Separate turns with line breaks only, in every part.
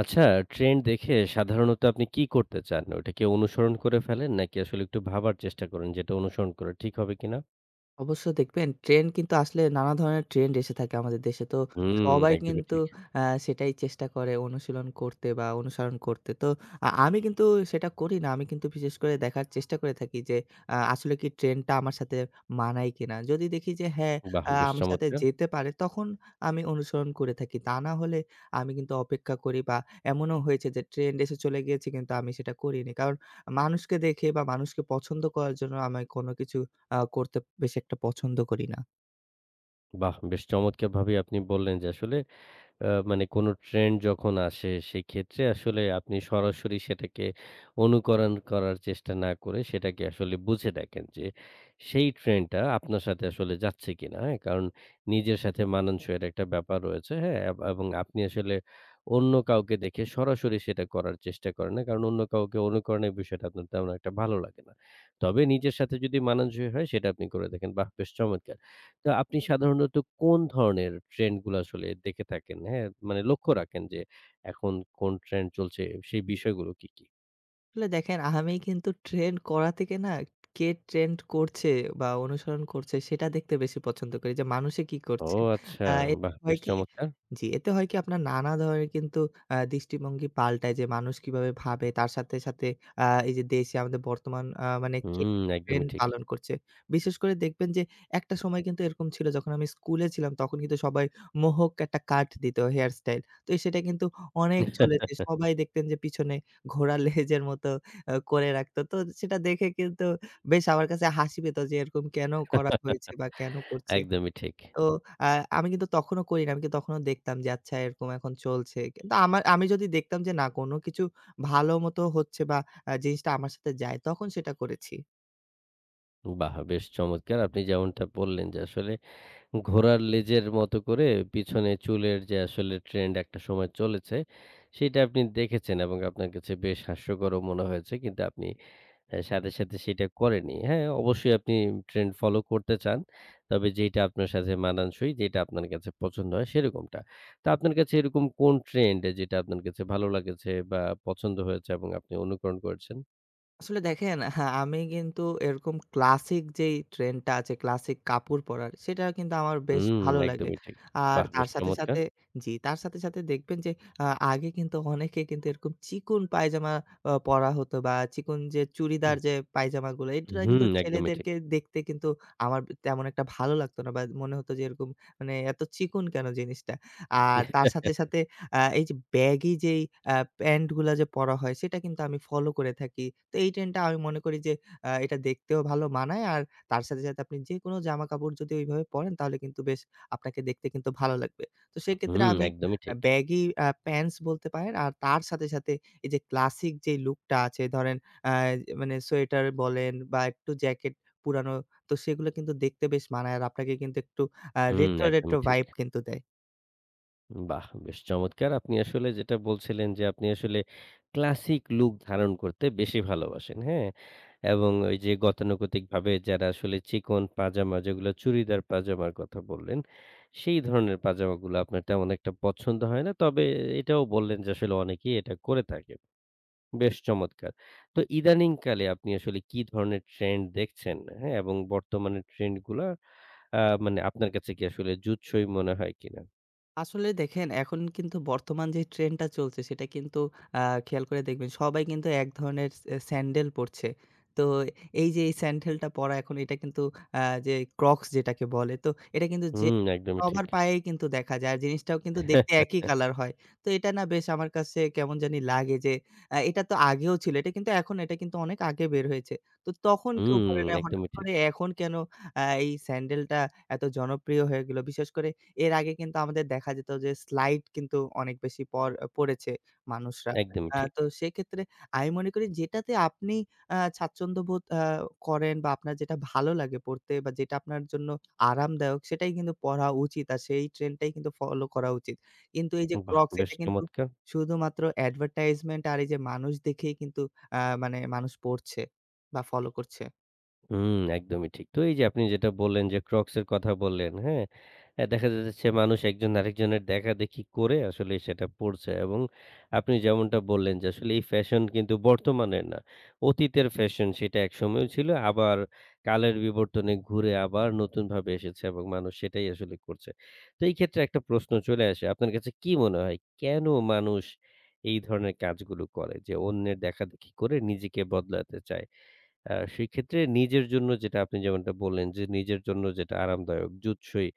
আচ্ছা, ট্রেন্ড দেখে সাধারণত আপনি কি করতে চান? ওইটা কি অনুসরণ করে ফেলেন নাকি আসলে একটু ভাবার চেষ্টা করেন যে এটা অনুসরণ করা ঠিক হবে কিনা?
অবশ্য দেখবেন ট্রেন্ড কিন্তু আসলে নানা ধরনের ট্রেন্ড এসে থাকে আমাদের দেশে। তো
হুম,
সবাই
একদমই
কিন্তু
ঠিক।
সেটাই চেষ্টা করে অনুশীলন করতে বা অনুসরণ করতে। তো আমি কিন্তু সেটা করি না। আমি কিন্তু বিশেষ করে দেখার চেষ্টা করে থাকি যে আসলে কি ট্রেন্ডটা আমার সাথে মানায় কিনা? যদি দেখি যে হ্যাঁ,
বাহ! বেশ
আমার সাথে
চমৎকার!
যেতে পারে তখন আমি অনুসরণ করে থাকি। তা না হলে আমি কিন্তু অপেক্ষা করি বা এমনও হয়েছে যে ট্রেন্ড এসে চলে গিয়েছে কিন্তু আমি সেটা করিনি। কারণ মানুষকে দেখে বা মানুষকে পছন্দ করার জন্য আমি কোনো কিছু করতে বেশি একটা পছন্দ করি না।
বাহ! বেশ চমৎকারভাবেই আপনি বললেন যে আসলে মানে কোনো ট্রেন্ড যখন আসে, সেক্ষেত্রে আসলে আপনি সরাসরি সেটাকে অনুকরণ করার চেষ্টা না করে, সেটাকে আসলে বুঝে দেখেন যে, সেই ট্রেন্ডটা আপনার সাথে আসলে যাচ্ছে কিনা, হ্যাঁ? কারণ নিজের সাথে মানানসইয়ের একটা ব্যাপার রয়েছে, হ্যাঁ? এবং আপনি আসলে অন্য কাউকে দেখে সরাসরি সেটা করার চেষ্টা করেন না। কারণ অন্য কাউকে অনুকরণের বিষয়টা আপনার তেমন একটা ভালো লাগে না। তবে নিজের সাথে যদি মানানসই হয়, সেটা আপনি করে দেখেন। বাহ! বেশ চমৎকার! তো আপনি সাধারণত কোন ধরনের ট্রেন্ড গুলো আসলে দেখে থাকেন? হ্যাঁ, মানে লক্ষ্য রাখেন যে এখন কোন ট্রেন্ড চলছে সেই বিষয়গুলো কি, কি?
আসলে দেখেন আমি কিন্তু ট্রেন্ড করা থেকে না কে ট্রেন্ড করছে বা অনুসরণ করছে সেটা দেখতে বেশি পছন্দ করি যে মানুষে কি
ও
করছে।
আচ্ছা,
আ এতে
বাহ!
হয়
বেশ
কি
চমৎকার।
জি, এতে হয় কি আপনার নানা ধরনের কিন্তু দৃষ্টিভঙ্গি পাল্টায় যে মানুষ কিভাবে ভাবে তার সাথে, সাথে এই যে দেশে আমাদের বর্তমান মানে কে
হুম, একদমই
ট্রেন্ড
ঠিক।
পালন করছে। বিশেষ করে দেখবেন যে একটা সময় কিন্তু এরকম ছিল যখন আমি স্কুলে ছিলাম তখন কিন্তু সবাই মোহক একটা কাট দিত হেয়ার স্টাইল। তো সেটা কিন্তু অনেক চলেছে। সবাই দেখতেন যে পিছনে ঘোড়ার লেজের মতো করে রাখতো। তো সেটা দেখে কিন্তু বেশ আমার কাছে হাসি পেত যে এরকম কেন করা হয়েছে বা কেন করছে?
একদমই ঠিক।
তো আ আমি কিন্তু তখনও করি না। আমি কিন্তু তখনও দেখতাম যে আচ্ছা এরকম এখন চলছে। কিন্তু আমি যদি দেখতাম যে না কোন কিছু ভালো মতো হচ্ছে বা জিনিসটা আমার সাথে যায় তখন সেটা করেছি।
বাহ! বেশ চমৎকার। আপনি যেমনটা বললেন যে আসলে ঘোড়ার লেজের মতো করে পিছনে চুলের যে আসলে ট্রেন্ড একটা সময় চলেছে, সেটা আপনি দেখেছেন এবং আপনার কাছে বেশ হাস্যকরও মনে হয়েছে। কিন্তু আপনি হ্যাঁ, সাথে, সাথে সেটা করেনি। হ্যাঁ, অবশ্যই আপনি ট্রেন্ড ফলো করতে চান। তবে যেইটা আপনার সাথে মানানসই, যেটা আপনার কাছে পছন্দ হয় সেরকমটা। তো আপনার কাছে এরকম কোন ট্রেন্ড যেটা আপনার কাছে ভালো লেগেছে বা পছন্দ হয়েছে এবং আপনি অনুকরণ করেছেন?
আসলে দেখেন হ্যাঁ, আমি কিন্তু এরকম ক্লাসিক যেই ট্রেন্ডটা আছে, ক্লাসিক কাপড় পরার সেটা কিন্তু আমার বেশ
হুম,
ভালো লাগে।
একদমই ঠিক।
আর
বাহ!
তার
বেশ
সাথে,
চমৎকার।
সাথে জি, তার সাথে, সাথে দেখবেন যে আ আগে কিন্তু অনেকে কিন্তু এরকম চিকন পায়জামা পরা হতো বা চিকন যে চুড়িদার যে পায়জামাগুলো এটা
হুম,
কিন্তু
একদমই ঠিক।
ছেলেদেরকে দেখতে কিন্তু আমার তেমন একটা ভালো লাগতো না বা মনে হতো যে এরকম মানে এত চিকন কেন জিনিসটা? আর তার সাথে, সাথে এই যে ব্যাগি যেই আ প্যান্ট গুলা যে পরা হয় সেটা কিন্তু আমি ফলো করে থাকি। তো এই ট্রেন্ডটা আমি মনে করি যে এটা দেখতেও ভালো মানায় আর তার সাথে, সাথে আপনি যেকোনো জামাকাপড় যদি ওইভাবে পরেন তাহলে কিন্তু বেশ আপনাকে দেখতে কিন্তু ভালো লাগবে। তো সেক্ষেত্রে
হুম,
আমি
একদমই ঠিক।
ব্যাগি প্যান্টস বলতে পারেন। আর তার সাথে, সাথে এই যে ক্লাসিক যে লুকটা আছে ধরেন আ মানে সোয়েটার বলেন বা একটু জ্যাকেট পুরানো তো সেগুলো কিন্তু দেখতে বেশ মানায় আর আপনাকে কিন্তু একটু
হুম,
রেট্রো, রেট্রো
একদমই ঠিক।
ভাইব কিন্তু দেয়।
বাহ! বেশ চমৎকার। আপনি আসলে যেটা বলছিলেন যে, আপনি আসলে ক্লাসিক লুক ধারণ করতে বেশি ভালোবাসেন, হ্যাঁ? এবং ওই যে গতানুগতিকভাবে যারা আসলে চিকন পাজামা যেগুলো চুড়িদার পাজামার কথা বললেন, সেই ধরনের পাজামাগুলো আপনার তেমন একটা পছন্দ হয় না। তবে এটাও বললেন যে আসলে অনেকেই এটা করে থাকে। বেশ চমৎকার। তো ইদানিংকালে আপনি আসলে কি ধরনের ট্রেন্ড দেখছেন, হ্যাঁ? এবং বর্তমানে ট্রেন্ড গুলা মানে আপনার কাছে কি আসলে জুতসই মনে হয় কিনা?
আসলে দেখেন এখন কিন্তু বর্তমান যে ট্রেন্ডটা চলছে সেটা কিন্তু আ খেয়াল করে দেখবেন সবাই কিন্তু এক ধরনের স্যান্ডেল পরছে। তো এই যে এই স্যান্ডেলটা পরা এখন এটা কিন্তু আ যে ক্রক্স যেটাকে বলে তো এটা কিন্তু যে
হুম, একদমই ঠিক।
সবার পায়েই কিন্তু দেখা যায়। আর জিনিসটাও কিন্তু দেখতে একই কালার হয়। তো এটা না বেশ আমার কাছে কেমন জানি লাগে যে এটা তো আগেও ছিল। এটা কিন্তু অনেক আগে বের হয়েছে। তো তখন কেউ
হুম,
পরে না। হঠাৎ
একদমই ঠিক,
করে এখন কেন এই স্যান্ডেলটা এত জনপ্রিয় হয়ে গেল? বিশেষ করে এর আগে কিন্তু আমাদের দেখা যেত যে স্লাইড কিন্তু অনেক বেশি পড়েছে মানুষরা।
একদমই ঠিক।
তো সেক্ষেত্রে আমি মনে করি যেটাতে আপনি স্বাচ্ছন্দ্যবোধ করেন বা আপনার যেটা ভালো লাগে পড়তে বা যেটা আপনার জন্য আরামদায়ক সেটাই কিন্তু পড়া উচিত। আর সেই ট্রেন্ডটাই কিন্তু ফলো করা উচিত। কিন্তু এই যে
বাহ!
ক্রক্স
বেশ
এটা কিন্তু
চমৎকার।
শুধুমাত্র অ্যাডভার্টাইজমেন্ট আর এই যে মানুষ দেখেই কিন্তু আ মানে মানুষ পড়ছে বা ফলো করছে।
হুম, একদমই ঠিক। তো এই যে আপনি যেটা বললেন যে ক্রক্স এর কথা বললেন, হ্যাঁ? দেখা যাচ্ছে মানুষ একজন আরেকজনের দেখাদেখি করে আসলে সেটা পড়ছে এবং আপনি যেমনটা বললেন যে আসলে এই ফ্যাশন কিন্তু বর্তমানের না। অতীতের ফ্যাশন সেটা একসময়ও ছিল আবার কালের বিবর্তনে ঘুরে আবার নতুনভাবে এসেছে এবং মানুষ সেটাই আসলে করছে। তো এই ক্ষেত্রে একটা প্রশ্ন চলে আসে। আপনার কাছে কি মনে হয় কেন মানুষ এই ধরনের কাজগুলো করে যে অন্যের দেখাদেখি করে নিজেকে বদলাতে চায়? সেক্ষেত্রে নিজের জন্য যেটা আপনি যেমনটা বললেন যে, নিজের জন্য যেটা আরামদায়ক, জুতসই,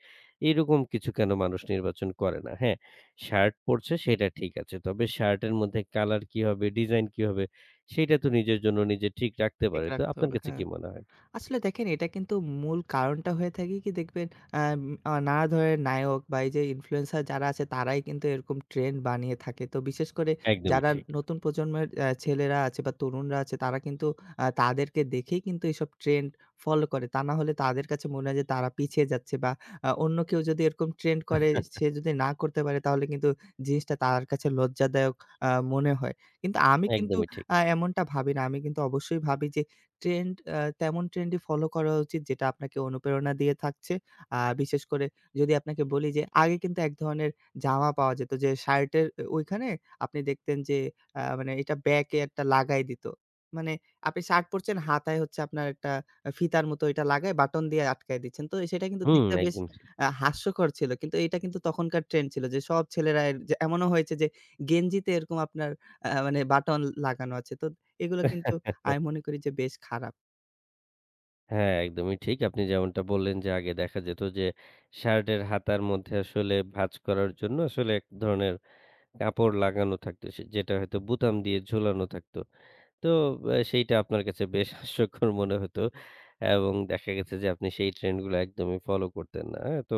এরকম কিছু কেন মানুষ নির্বাচন করে না? হ্যাঁ, শার্ট পড়ছে সেটা ঠিক আছে। তবে শার্টের মধ্যে কালার কি হবে, ডিজাইন কি হবে, সেইটা তো নিজের জন্য নিজে ঠিক রাখতে
ঠিক
পারে। তো
রাখতে
আপনার
হবে।
কাছে
হ্যাঁ।
কি মনে হয়?
আসলে দেখেন এটা কিন্তু মূল কারণটা হয়ে থাকে কি দেখবেন আম আ নানা ধরনের নায়ক বা এই যে ইনফ্লুয়েন্সার যারা আছে তারাই কিন্তু এরকম ট্রেন্ড বানিয়ে থাকে। তো বিশেষ করে
একদমই
যারা
ঠিক,
নতুন প্রজন্মের ছেলেরা আছে বা তরুণরা আছে তারা কিন্তু তাদেরকে দেখেই কিন্তু এসব ট্রেন্ড ফলো করে। তা না হলে তাদের কাছে মনে হয় যে তারা পিছিয়ে যাচ্ছে বা অন্য কেউ যদি এরকম ট্রেন্ড করে সে যদি না করতে পারে তাহলে কিন্তু জিনিসটা তার কাছে লজ্জাদায়ক মনে হয়। কিন্তু আমি কিন্তু
একদমই ঠিক।
এমনটা ভাবি না। আমি কিন্তু অবশ্যই ভাবি যে ট্রেন্ড আ তেমন ট্রেন্ডই ফলো করা উচিত যেটা আপনাকে অনুপ্রেরণা দিয়ে থাকছে। বিশেষ করে যদি আপনাকে বলি যে আগে কিন্তু এক ধরনের জামা পাওয়া যেত যে শার্টের ওইখানে আপনি দেখতেন যে মানে এটা ব্যাকে একটা লাগায় দিত। মানে আপনি শার্ট পরছেন হাতায় হচ্ছে আপনার একটা ফিতার মতো এটা লাগায় বাটন দিয়ে আটকায় দিচ্ছেন। তো সেটা কিন্তু
হুম,
দেখতে বেশ
একদম ঠিক।
হাস্যকর ছিল। কিন্তু এটা কিন্তু তখনকার ট্রেন্ড ছিল যে সব ছেলেরা এর যে এমনও হয়েছে যে গেঞ্জিতে এরকম আপনার মানে বাটন লাগানো আছে। তো এগুলো কিন্তু আমি মনে করি যে বেশ খারাপ।
হ্যাঁ, একদমই ঠিক। আপনি যেমনটা বললেন যে, আগে দেখা যেত যে, শার্টের হাতার মধ্যে আসলে ভাঁজ করার জন্য আসলে এক ধরনের কাপড় লাগানো থাকতো সে যেটা হয়তো বুতাম দিয়ে ঝোলানো থাকতো। তো সেইটা আপনার কাছে বেশ হাস্যকর মনে হতো এবং দেখা গেছে যে আপনি সেই ট্রেন্ডগুলো একদমই ফলো করতেন না। হ্যাঁ? তো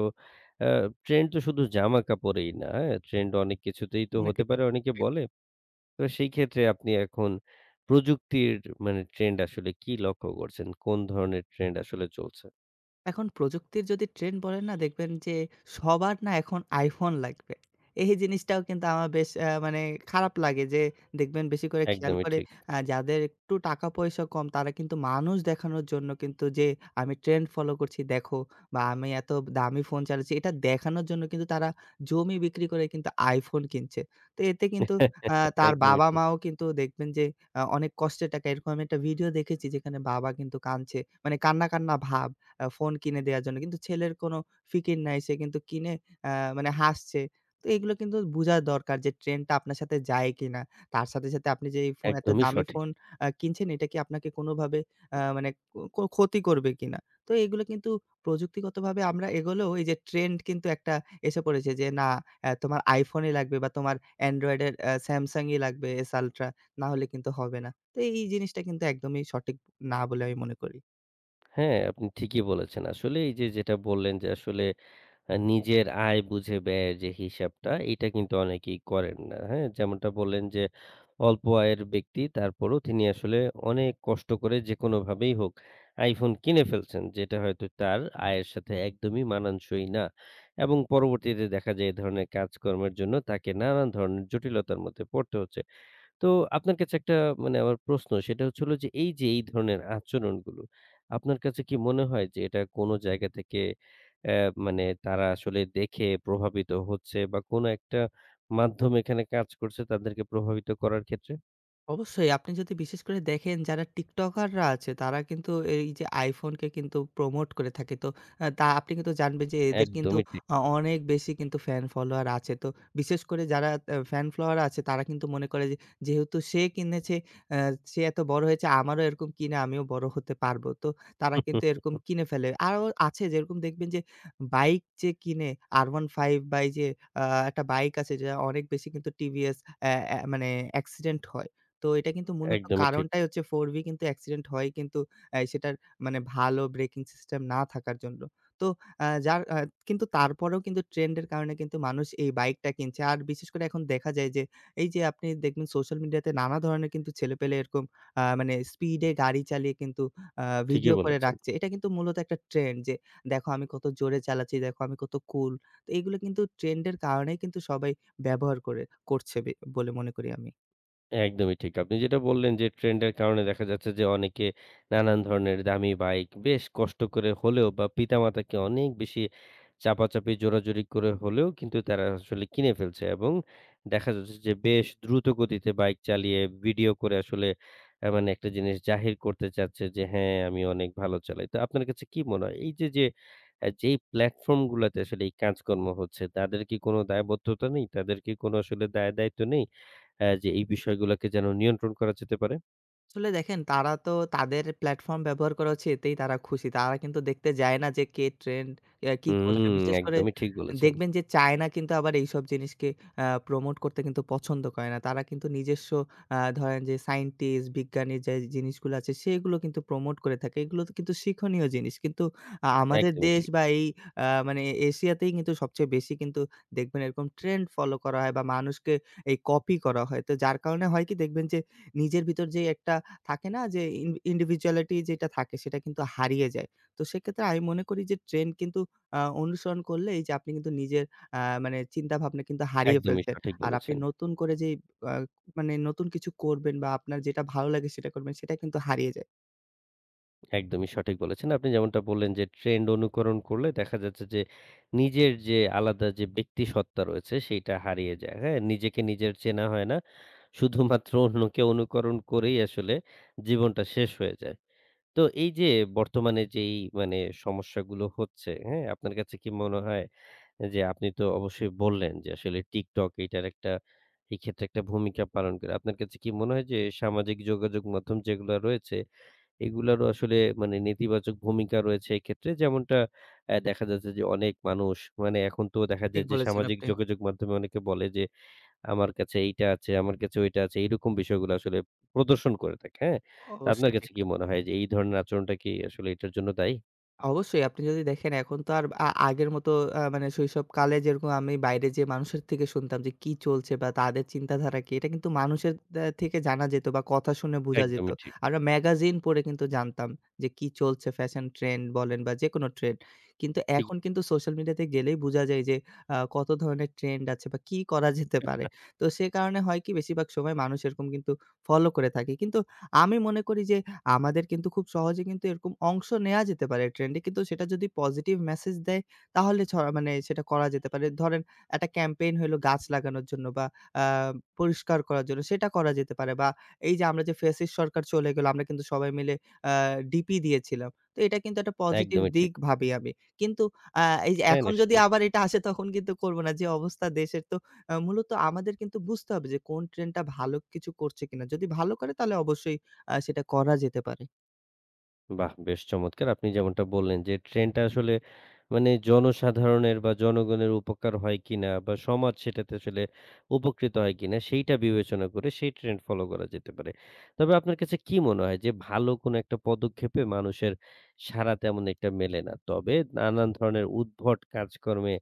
আ ট্রেন্ড তো শুধু জামা কাপড়েই না, হ্যাঁ? ট্রেন্ড অনেক কিছুতেই তো হতে
অনেকে
পারে অনেকে বলে। তো সেই ক্ষেত্রে আপনি এখন প্রযুক্তির মানে ট্রেন্ড আসলে কি লক্ষ্য করছেন? কোন ধরনের ট্রেন্ড আসলে চলছে?
এখন প্রযুক্তির যদি ট্রেন্ড বলেন না, দেখবেন যে সবার না এখন iPhone লাগবে। এই জিনিসটাও কিন্তু আমার বেশ মানে খারাপ লাগে যে দেখবেন বেশি করে খেয়াল
একদমই
করে
ঠিক।
যাদের একটু টাকা-পয়সা কম তারা কিন্তু মানুষ দেখানোর জন্য কিন্তু যে আমি ট্রেন্ড ফলো করছি দেখো বা আমি এত দামি ফোন চালাচ্ছি এটা দেখানোর জন্য কিন্তু তারা জমি বিক্রি করে কিন্তু iPhone কিনছে। তো এতে কিন্তু তার
একদমই ঠিক।
বাবা-মাও কিন্তু দেখবেন যে অনেক কষ্টের টাকা এরকম আমি একটা ভিডিও দেখেছি যেখানে বাবা কিন্তু কাঁদছে। মানে কান্না, কান্না ভাব। ফোন কিনে দেয়ার জন্য। কিন্তু ছেলের কোনো ফিকির নাই। সে কিন্তু কিনে আ মানে হাসছে। তো এগুলো কিন্তু বুঝা দরকার যে ট্রেন্ডটা আপনার সাথে যায় কিনা? তার সাথে, সাথে আপনি যে এই ফোন এত
একদমই
দামি
সঠিক।
ফোন কিনছেন এটা কি আপনাকে কোনোভাবে মানে ক্ষতি করবে কিনা? তো এগুলো কিন্তু প্রযুক্তিগতভাবে আমরা এগোলেও এই যে ট্রেন্ড কিন্তু একটা এসে পড়েছে যে না তোমার iPhone ই লাগবে বা তোমার Android এর Samsung ই লাগবে S Ultra না হলে কিন্তু হবে না। তো এই জিনিসটা কিন্তু একদমই সঠিক না বলে আমি মনে করি।
হ্যাঁ, আপনি ঠিকই বলেছেন। আসলে এই যে যেটা বললেন যে আসলে নিজের আয় বুঝে ব্যয়ের যে হিসাবটা, এইটা কিন্তু অনেকেই করেন না। হ্যাঁ? যেমনটা বললেন যে, অল্প আয়ের ব্যক্তি তারপরেও তিনি আসলে অনেক কষ্ট করে যেকোনোভাবেই হোক iPhone কিনে ফেলছেন। যেটা হয়তো তার আয়ের সাথে একদমই মানানসই না। এবং পরবর্তীতে দেখা যায় এ ধরনের কাজকর্মের জন্য তাকে নানান ধরনের জটিলতার মধ্যে পড়তে হচ্ছে। তো আপনার কাছে একটা মানে আমার প্রশ্ন সেটা হচ্ছে হলো যে এই যে এই ধরনের আচরণগুলো আপনার কাছে কি মনে হয় যে এটা কোনো জায়গা থেকে মানে তারা আসলে দেখে প্রভাবিত হচ্ছে বা কোনো একটা মাধ্যম এখানে কাজ করছে তাদেরকে প্রভাবিত করার ক্ষেত্রে?
অবশ্যই আপনি যদি বিশেষ করে দেখেন যারা টিকটকাররা আছে তারা কিন্তু এই যে আইফোনকে কিন্তু প্রমোট করে থাকে। তো তা আপনি কিন্তু জানবেন যে এদের কিন্তু
একদমই ঠিক।
অনেক বেশি কিন্তু ফ্যান ফলোয়ার আছে। তো বিশেষ করে যারা ফ্যান ফলোয়ার আছে তারা কিন্তু মনে করে যে যেহেতু সে কিনেছে আ সে এত বড় হয়েছে আমারও এরকম কিনে আমিও বড় হতে পারবো। তো তারা কিন্তু এরকম কিনে ফেলে। আরও আছে যেরকম দেখবেন যে বাইক যে কিনে R15 বা এই যে আ একটা বাইক আছে যেটা অনেক বেশি কিন্তু টিভিএস অ্যা অ্যা মানে অ্যাক্সিডেন্ট হয়। তো এটা কিন্তু মূলত
একদমই ঠিক।
কারণটাই হচ্ছে 4V কিন্তু অ্যাক্সিডেন্ট হয় কিন্তু সেটার মানে ভালো ব্রেকিং সিস্টেম না থাকার জন্য। তো আ যার আ কিন্তু তারপরেও কিন্তু ট্রেন্ড এর কারণে কিন্তু মানুষ এই বাইকটা কিনছে। আর বিশেষ করে এখন দেখা যায় যে, এই যে আপনি দেখবেন সোশ্যাল মিডিয়াতে নানা ধরনের কিন্তু ছেলেপেলে এরকম মানে স্পিডে গাড়ি চালিয়ে কিন্তু আ
ঠিকই
ভিডিও করে
বলেছেন।
রাখছে। এটা কিন্তু মূলত একটা ট্রেন্ড যে, "দেখো আমি কত জোরে চালাচ্ছি, দেখো আমি কত কুল।" তো এগুলো কিন্তু ট্রেন্ড এর কারণেই কিন্তু সবাই ব্যবহার করে করছে বলে মনে করি আমি।
একদমই ঠিক। আপনি যেটা বললেন যে ট্রেন্ডের কারণে দেখা যাচ্ছে যে অনেকে নানান ধরনের দামি বাইক বেশ কষ্ট করে হলেও বা পিতামাতাকে অনেক বেশি চাপাচাপি জোরাজুরি করে হলেও কিন্তু তারা আসলে কিনে ফেলছে এবং দেখা যাচ্ছে যে বেশ দ্রুত গতিতে বাইক চালিয়ে ভিডিও করে আসলে মানে একটা জিনিস জাহির করতে চাচ্ছে যে হ্যাঁ, আমি অনেক ভালো চালাই। তো আপনার কাছে কি মনে হয় এই যে, যে যেই প্ল্যাটফর্ম গুলাতে আসলে এই কাজকর্ম হচ্ছে তাদের কি কোনো দায়বদ্ধতা নেই? তাদের কি কোনো আসলে দায় দায়িত্ব নেই? হ্যাঁ, যে এই বিষয়গুলোকে যেন নিয়ন্ত্রণ করা যেতে পারে।
আসলে দেখেন তারা তো তাদের প্ল্যাটফর্ম ব্যবহার করা হচ্ছে এতেই তারা খুশি। তারা কিন্তু দেখতে যায় না যে কে ট্রেন্ড কি করছে।
হুম,
বিশেষ করে
একদমই ঠিক বলেছেন।
দেখবেন যে চায়না কিন্তু আবার এইসব জিনিসকে প্রমোট করতে কিন্তু পছন্দ করে না। তারা কিন্তু নিজস্ব ধরেন যে সায়েন্টিস্ট, বিজ্ঞানী যে জিনিসগুলো আছে সেগুলো কিন্তু প্রমোট করে থাকে। এগুলো তো কিন্তু শিক্ষণীয় জিনিস। কিন্তু আমাদের
একদমই
দেশ
ঠিক।
বা এই মানে এশিয়াতেই কিন্তু সবচেয়ে বেশি কিন্তু দেখবেন এরকম ট্রেন্ড ফলো করা হয় বা মানুষকে এই কপি করা হয়। তো যার কারণে হয় কি দেখবেন যে নিজের ভিতর যে একটা থাকে না যে individuality যেটা থাকে সেটা কিন্তু হারিয়ে যায়। তো সেক্ষেত্রে আমি মনে করি যে ট্রেন্ড কিন্তু অনুসরণ করলে এই যে আপনি কিন্তু নিজের আ মানে চিন্তাভাবনা কিন্তু হারিয়ে
একদমই
ফেলছেন।
সঠিক
আর আপনি
বলেছেন।
নতুন করে যেই আ মানে নতুন কিছু করবেন বা আপনার যেটা ভালো লাগে সেটা করবেন সেটা কিন্তু হারিয়ে যায়।
একদমই সঠিক বলেছেন। আপনি যেমনটা বললেন যে ট্রেন্ড অনুকরণ করলে দেখা যাচ্ছে যে নিজের যে আলাদা যে ব্যক্তিসত্ত্বা রয়েছে সেইটা হারিয়ে যায়। হ্যাঁ? নিজেকে নিজের চেনা হয় না। শুধুমাত্র অন্যকে অনুকরণ করেই আসলে জীবনটা শেষ হয়ে যায়। তো এই যে বর্তমানে যেই মানে সমস্যাগুলো হচ্ছে, হ্যাঁ? আপনার কাছে কি মনে হয় জি, আপনি তো অবশ্যই বললেন যে আসলে TikTok এটার একটা এই ক্ষেত্রে একটা ভূমিকা পালন করে। আপনার কাছে কি মনে হয় যে সামাজিক যোগাযোগ মাধ্যম যেগুলা রয়েছে, এগুলারও আসলে মানে নেতিবাচক ভূমিকা রয়েছে এক্ষেত্রে? যেমনটা দেখা যাচ্ছে যে অনেক মানুষ মানে এখন তো দেখা
ঠিক
যায় যে
বলেছেন
সামাজিক
আপনি।
যোগাযোগ মাধ্যমে অনেকে বলে যে, "আমার কাছে এইটা আছে, আমার কাছে ওইটা আছে।" এরকম বিষয়গুলো আসলে প্রদর্শন করে থাকে, হ্যাঁ? তো আপনার
অবশ্যই
কাছে
ঠিক।
কি মনে হয় যে এই ধরনের আচরণটা কি আসলে এটার জন্য দায়ী?
অবশ্যই আপনি যদি দেখেন এখন তো আর আগের মতো মানে শৈশবকালে যেরকম আমি বাইরে যেয়ে মানুষের থেকে শুনতাম যে কি চলছে বা তাদের চিন্তাধারা কি, এটা কিন্তু মানুষের থেকে জানা যেত বা কথা শুনে বোঝা যেত।
একদমই ঠিক।
আমরা ম্যাগাজিন পড়ে কিন্তু জানতাম যে কি চলছে ফ্যাশন ট্রেন্ড বলেন বা যেকোনো ট্রেন্ড। কিন্তু
ঠিক,
এখন কিন্তু সোশ্যাল মিডিয়াতে গেলেই বোঝা যায় যে কত ধরনের ট্রেন্ড আছে বা কি করা যেতে পারে। তো সে কারণে হয় কি বেশিরভাগ সময় মানুষ এরকম কিন্তু ফলো করে থাকে। কিন্তু আমি মনে করি যে আমাদের কিন্তু খুব সহজে কিন্তু এরকম অংশ নেয়া যেতে পারে ট্রেন্ডে। কিন্তু সেটা যদি পজিটিভ মেসেজ দেয় তাহলে মানে সেটা করা যেতে পারে। ধরেন একটা ক্যাম্পেইন হইলো গাছ লাগানোর জন্য বা আ পরিষ্কার করার জন্য সেটা করা যেতে পারে বা এই যে আমরা যে ফ্যাসিস্ট সরকার চলে গেল আমরা কিন্তু সবাই মিলে আ ডিপি দিয়েছিলাম। তো এটা কিন্তু একটা পজিটিভ
একদমই ঠিক।
দিক ভাবি আমি। কিন্তু আ এই যে
হ্যাঁ,
এখন যদি
নিশ্চয়ই।
আবার এটা আসে তখন কিন্তু করব না। যে অবস্থা দেশের তো মূলত আমাদের কিন্তু বুঝতে হবে যে কোন ট্রেন্ডটা ভালো কিছু করছে কিনা। যদি ভালো করে তাহলে অবশ্যই সেটা করা যেতে পারে।
বাহ! বেশ চমৎকার। আপনি যেমনটা বললেন যে ট্রেনটা আসলে মানে জনসাধারণের বা জনগণের উপকার হয় কিনা বা সমাজ সেটাতে আসলে উপকৃত হয় কিনা সেইটা বিবেচনা করে সেই ট্রেন্ড ফলো করা যেতে পারে। তবে আপনার কাছে কি মনে হয় যে ভালো কোনো একটা পদক্ষেপে মানুষের সাড়া তেমন একটা মেলে না। তবে নানান ধরনের উদ্ভট কাজকর্মে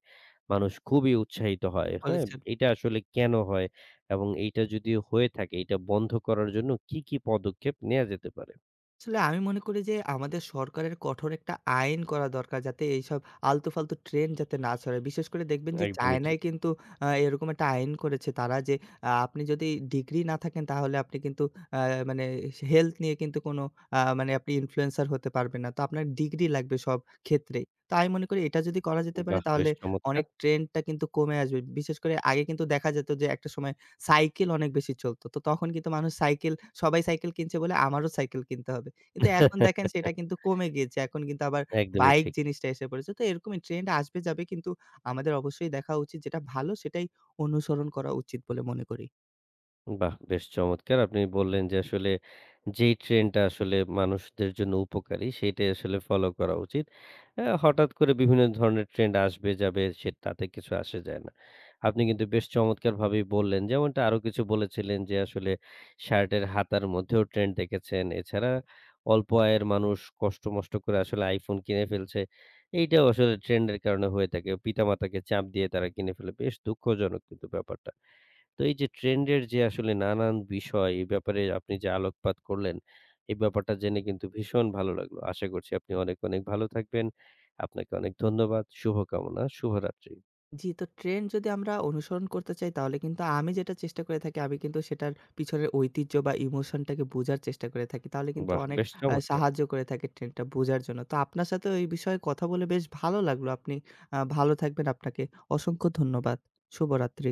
মানুষ খুবই উৎসাহিত হয়।
ঠিক
হ্যাঁ?
বলেছেন।
এটা আসলে কেন হয়? এবং এইটা যদি হয়ে থাকে এটা বন্ধ করার জন্য কি, কি পদক্ষেপ নেয়া যেতে পারে?
আসলে আমি মনে করি যে আমাদের সরকারের কঠোর একটা আইন করা দরকার যাতে এইসব আলতু-ফালতু ট্রেন্ড যাতে না ছড়ায়। বিশেষ করে দেখবেন যে
একদমই ঠিক।
চায়নায় কিন্তু এরকম একটা আইন করেছে তারা যে আপনি যদি ডিগ্রি না থাকেন তাহলে আপনি কিন্তু আ মানে হেলথ নিয়ে কিন্তু কোনো মানে আপনি ইনফ্লুয়েন্সার হতে পারবেন না। তো আপনার ডিগ্রি লাগবে সব ক্ষেত্রেই। তো আমি মনে করি এটা যদি করা যেতে পারে
বাহ! বেশ
তাহলে
চমৎকার!
অনেক ট্রেন্ডটা কিন্তু কমে আসবে। বিশেষ করে আগে কিন্তু দেখা যেত যে একটা সময় সাইকেল অনেক বেশি চলত। তো তখন কিন্তু মানুষ সাইকেল সবাই সাইকেল কিনছে বলে আমারও সাইকেল কিনতে হবে। কিন্তু এখন দেখেন সেটা কিন্তু কমে গিয়েছে। এখন কিন্তু আবার
একদমই
বাইক
ঠিক।
জিনিসটা এসে পড়েছে। তো এরকমই ট্রেন্ড আসবে যাবে কিন্তু আমাদের অবশ্যই দেখা উচিত যেটা ভালো সেটাই অনুসরণ করা উচিত বলে মনে করি।
বাহ! বেশ চমৎকার। আপনি বললেন যে আসলে যেই ট্রেন্ডটা আসলে মানুষদের জন্য উপকারী সেইটাই আসলে ফলো করা উচিত। হঠাৎ করে বিভিন্ন ধরনের ট্রেন্ড আসবে যাবে সে তাতে কিছু আসে যায় না। আপনি কিন্তু বেশ চমৎকারভাবেই বললেন। যেমনটা আরো কিছু বলেছিলেন যে আসলে শার্টের হাতার মধ্যেও ট্রেন্ড দেখেছেন। এছাড়া অল্প আয়ের মানুষ কষ্ট-মষ্ট করে আসলে iPhone কিনে ফেলছে। এইটাও আসলে ট্রেন্ডের কারণে হয়ে থাকে। পিতামাতাকে চাপ দিয়ে তারা কিনে ফেলে। বেশ দুঃখজনক কিন্তু ব্যাপারটা। তো এই যে ট্রেন্ডের যে আসলে নানান বিষয়, এই ব্যাপারে আপনি যে আলোকপাত করলেন, এই ব্যাপারটা জেনে কিন্তু ভীষণ ভালো লাগলো। আশা করছি আপনি অনেক, অনেক ভালো থাকবেন। আপনাকে অনেক ধন্যবাদ। শুভকামনা। শুভরাত্রি।
জি, তো ট্রেন্ড যদি আমরা অনুসরণ করতে চাই তাহলে কিন্তু আমি যেটা চেষ্টা করে থাকি আমি কিন্তু সেটার পিছনের ঐতিহ্য বা ইমোশনটাকে বোঝার চেষ্টা করে থাকি। তাহলে কিন্তু
বাহ!
অনেক
বেশ চমৎকার!
সাহায্য করে থাকে ট্রেন্ডটা বোঝার জন্য। তো আপনার সাথেও এই বিষয়ে কথা বলে বেশ ভালো লাগলো। আপনি ভালো থাকবেন। আপনাকে অসংখ্য ধন্যবাদ। শুভরাত্রি।